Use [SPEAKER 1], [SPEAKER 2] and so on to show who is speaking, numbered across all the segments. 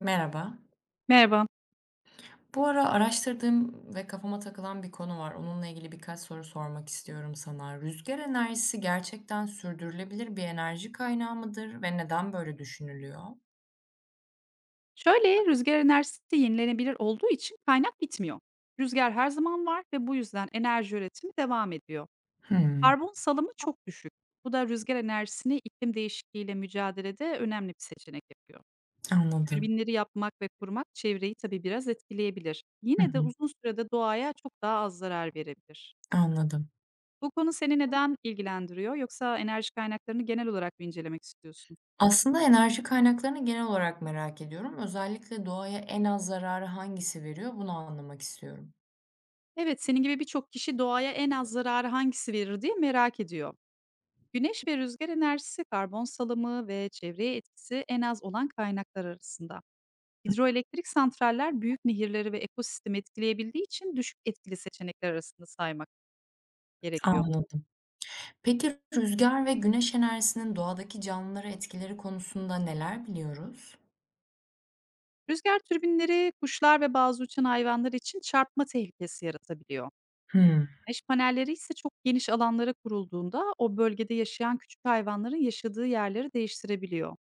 [SPEAKER 1] Merhaba.
[SPEAKER 2] Merhaba.
[SPEAKER 1] Bu ara araştırdığım ve kafama takılan bir konu var. Onunla ilgili birkaç soru sormak istiyorum sana. Rüzgar enerjisi gerçekten sürdürülebilir bir enerji kaynağı mıdır ve neden böyle düşünülüyor?
[SPEAKER 2] Şöyle rüzgar enerjisi yenilenebilir olduğu için kaynak bitmiyor. Rüzgar her zaman var ve bu yüzden enerji üretimi devam ediyor.
[SPEAKER 1] Hmm,
[SPEAKER 2] Karbon salımı çok düşük. Bu da rüzgar enerjisini iklim değişikliğiyle mücadelede önemli bir seçenek yapıyor.
[SPEAKER 1] anladım.
[SPEAKER 2] Türbinleri yapmak ve kurmak çevreyi tabii biraz etkileyebilir.
[SPEAKER 1] Hı
[SPEAKER 2] Yine de
[SPEAKER 1] hı,
[SPEAKER 2] uzun sürede doğaya çok daha az zarar verebilir.
[SPEAKER 1] anladım.
[SPEAKER 2] Bu konu seni neden ilgilendiriyor, yoksa enerji kaynaklarını genel olarak mı incelemek istiyorsun?
[SPEAKER 1] Aslında enerji kaynaklarını genel olarak merak ediyorum. Özellikle doğaya en az zararı hangisi veriyor, bunu anlamak istiyorum.
[SPEAKER 2] Evet, senin gibi birçok kişi doğaya en az zararı hangisi verir diye merak ediyor. Güneş ve rüzgar enerjisi, karbon salımı ve çevreye etkisi en az olan kaynaklar arasında. Hidroelektrik santraller büyük nehirleri ve ekosistemi etkileyebildiği için düşük etkili seçenekler arasında saymak gerekiyor.
[SPEAKER 1] Anladım. Peki rüzgar ve güneş enerjisinin doğadaki canlılara etkileri konusunda neler biliyoruz?
[SPEAKER 2] Rüzgar türbinleri kuşlar ve bazı uçan hayvanlar için çarpma tehlikesi yaratabiliyor.
[SPEAKER 1] Hmm.
[SPEAKER 2] Güneş panelleri ise çok geniş alanlara kurulduğunda, o bölgede yaşayan küçük hayvanların yaşadığı yerleri değiştirebiliyor.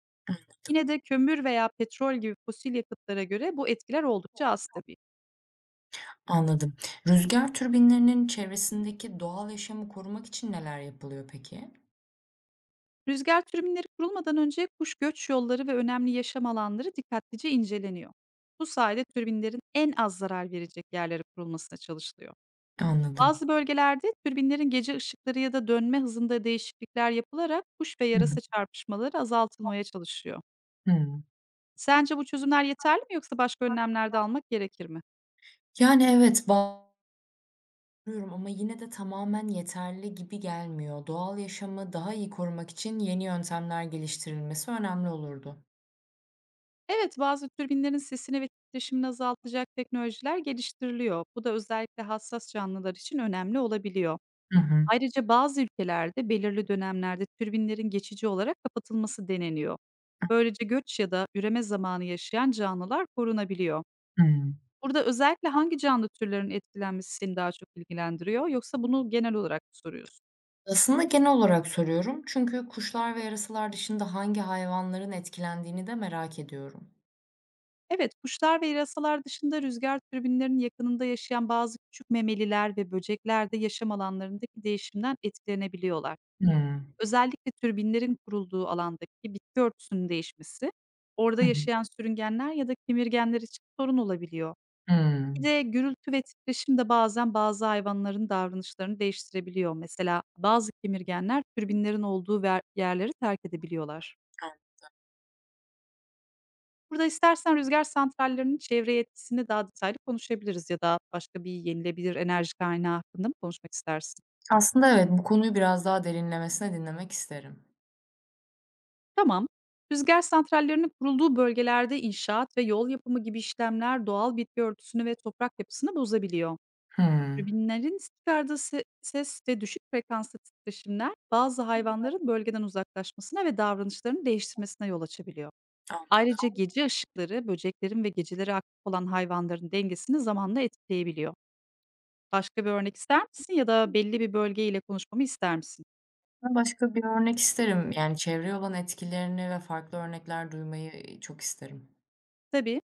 [SPEAKER 2] Yine de kömür veya petrol gibi fosil yakıtlara göre bu etkiler oldukça az tabii.
[SPEAKER 1] Anladım. Rüzgar türbinlerinin çevresindeki doğal yaşamı korumak için neler yapılıyor peki?
[SPEAKER 2] Rüzgar türbinleri kurulmadan önce kuş göç yolları ve önemli yaşam alanları dikkatlice inceleniyor. Bu sayede türbinlerin en az zarar verecek yerlere kurulmasına çalışılıyor.
[SPEAKER 1] Anladım.
[SPEAKER 2] Bazı bölgelerde türbinlerin gece ışıkları ya da dönme hızında değişiklikler yapılarak kuş ve
[SPEAKER 1] Hı hı.
[SPEAKER 2] yarasa çarpışmaları azaltılmaya çalışıyor.
[SPEAKER 1] Hımm.
[SPEAKER 2] Sence bu çözümler yeterli mi, yoksa başka önlemler de almak gerekir mi?
[SPEAKER 1] Yani, evet, bağlıyorum ama yine de tamamen yeterli gibi gelmiyor. Doğal yaşamı daha iyi korumak için yeni yöntemler geliştirilmesi önemli olurdu.
[SPEAKER 2] Evet, bazı türbinlerin sesini ve titreşimini azaltacak teknolojiler geliştiriliyor. Bu da özellikle hassas canlılar için önemli olabiliyor.
[SPEAKER 1] Hı hı.
[SPEAKER 2] Ayrıca bazı ülkelerde belirli dönemlerde türbinlerin geçici olarak kapatılması deneniyor. Böylece göç ya da üreme zamanı yaşayan canlılar korunabiliyor.
[SPEAKER 1] Hımm.
[SPEAKER 2] Burada özellikle hangi canlı türlerin etkilenmesi seni daha çok ilgilendiriyor, yoksa bunu genel olarak mı soruyorsun?
[SPEAKER 1] Aslında genel olarak soruyorum çünkü kuşlar ve yarasalar dışında hangi hayvanların etkilendiğini de merak ediyorum.
[SPEAKER 2] Evet, kuşlar ve yarasalar dışında rüzgar türbinlerinin yakınında yaşayan bazı küçük memeliler ve böcekler de yaşam alanlarındaki değişimden etkilenebiliyorlar.
[SPEAKER 1] Hımm.
[SPEAKER 2] Özellikle türbinlerin kurulduğu alandaki bitki örtüsünün değişmesi, orada
[SPEAKER 1] Hı hı.
[SPEAKER 2] yaşayan sürüngenler ya da kemirgenler için sorun olabiliyor. Bir de gürültü ve titreşim de bazen bazı hayvanların davranışlarını değiştirebiliyor. Mesela bazı kemirgenler türbinlerin olduğu yerleri terk edebiliyorlar. Burada istersen rüzgar santrallerinin çevreye etkisini daha detaylı konuşabiliriz, ya da başka bir yenilebilir enerji kaynağı hakkında mı konuşmak istersin?
[SPEAKER 1] Aslında evet, bu konuyu biraz daha derinlemesine dinlemek isterim.
[SPEAKER 2] Tamam. Rüzgar santrallerinin kurulduğu bölgelerde inşaat ve yol yapımı gibi işlemler doğal bitki örtüsünü ve toprak yapısını bozabiliyor.
[SPEAKER 1] Hımm.
[SPEAKER 2] Türbinlerin çıkardığı ses ve düşük frekanslı titreşimler bazı hayvanların bölgeden uzaklaşmasına ve davranışlarını değiştirmesine yol açabiliyor. Ayrıca gece ışıkları böceklerin ve geceleri aktif olan hayvanların dengesini zamanla etkileyebiliyor. Başka bir örnek ister misin, ya da belli bir bölgeyle konuşmamı ister misin?
[SPEAKER 1] Aslında başka bir örnek isterim. Yani çevreye olan etkilerini ve farklı örnekler duymayı, çok isterim.
[SPEAKER 2] Tabii.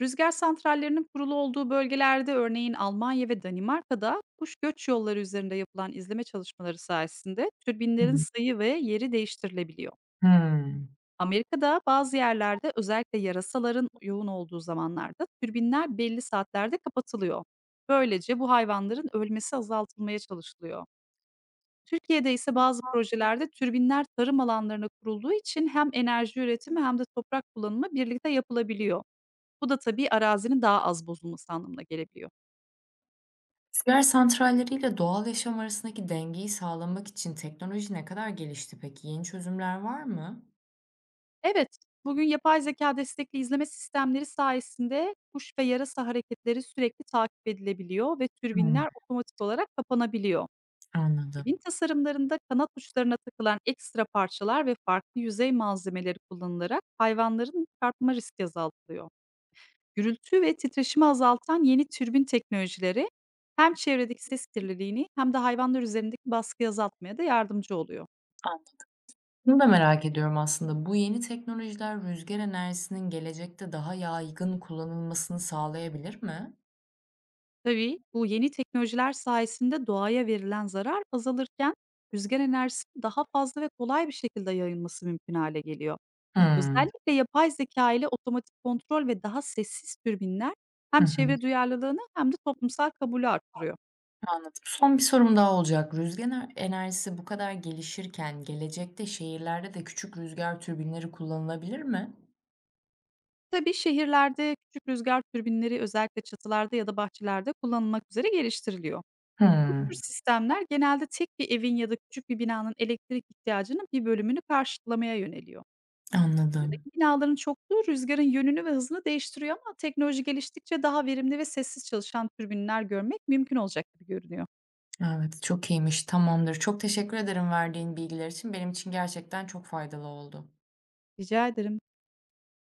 [SPEAKER 2] Rüzgar santrallerinin kurulu olduğu bölgelerde, örneğin Almanya ve Danimarka'da, kuş göç yolları üzerinde yapılan izleme çalışmaları sayesinde türbinlerin
[SPEAKER 1] Hımm.
[SPEAKER 2] sayı ve yeri değiştirilebiliyor.
[SPEAKER 1] Hımm.
[SPEAKER 2] Amerika'da bazı yerlerde özellikle yarasaların yoğun olduğu zamanlarda türbinler belli saatlerde kapatılıyor. Böylece bu hayvanların ölmesi azaltılmaya çalışılıyor. Türkiye'de ise bazı projelerde türbinler tarım alanlarına kurulduğu için hem enerji üretimi hem de toprak kullanımı birlikte yapılabiliyor. Bu da tabii arazinin daha az bozulması anlamına gelebiliyor.
[SPEAKER 1] Rüzgâr santralleriyle doğal yaşam arasındaki dengeyi sağlamak için teknoloji ne kadar gelişti peki? Yeni çözümler var mı?
[SPEAKER 2] Evet, bugün yapay zeka destekli izleme sistemleri sayesinde kuş ve yarasa hareketleri sürekli takip edilebiliyor ve
[SPEAKER 1] Hımm,
[SPEAKER 2] türbinler otomatik olarak kapanabiliyor.
[SPEAKER 1] anladım.
[SPEAKER 2] Türbin tasarımlarında kanat uçlarına takılan ekstra parçalar ve farklı yüzey malzemeleri kullanılarak hayvanların çarpma riski azaltılıyor. Gürültü ve titreşimi azaltan yeni türbin teknolojileri hem çevredeki ses kirliliğini hem de hayvanlar üzerindeki baskıyı azaltmaya da yardımcı oluyor.
[SPEAKER 1] Anladım. Bunu da merak ediyorum aslında. Bu yeni teknolojiler rüzgar enerjisinin gelecekte daha yaygın kullanılmasını sağlayabilir mi?
[SPEAKER 2] Tabii, bu yeni teknolojiler sayesinde doğaya verilen zarar azalırken rüzgar enerjisinin daha fazla ve kolay bir şekilde yayılması mümkün hale geliyor.
[SPEAKER 1] Hımm.
[SPEAKER 2] Özellikle yapay zeka ile otomatik kontrol ve daha sessiz türbinler
[SPEAKER 1] Hı
[SPEAKER 2] hem
[SPEAKER 1] hı.
[SPEAKER 2] çevre duyarlılığını hem de toplumsal kabulü arttırıyor.
[SPEAKER 1] Anladım. Son bir sorum daha olacak. Rüzgar ener enerjisi bu kadar gelişirken gelecekte şehirlerde de küçük rüzgar türbinleri kullanılabilir mi?
[SPEAKER 2] Tabii, şehirlerde küçük rüzgar türbinleri özellikle çatılarda ya da bahçelerde kullanılmak üzere geliştiriliyor. Bu tür
[SPEAKER 1] Hımm.
[SPEAKER 2] sistemler genelde tek bir evin ya da küçük bir binanın elektrik ihtiyacının bir bölümünü karşılamaya yöneliyor.
[SPEAKER 1] Anladım.
[SPEAKER 2] Şehirdeki binaların çokluğu rüzgarın yönünü ve hızını değiştiriyor, ama teknoloji geliştikçe daha verimli ve sessiz çalışan türbinler görmek mümkün olacak gibi görünüyor.
[SPEAKER 1] Evet, çok iyiymiş. Tamamdır. Çok teşekkür ederim verdiğin bilgiler için. Benim için gerçekten çok faydalı oldu.
[SPEAKER 2] Rica ederim.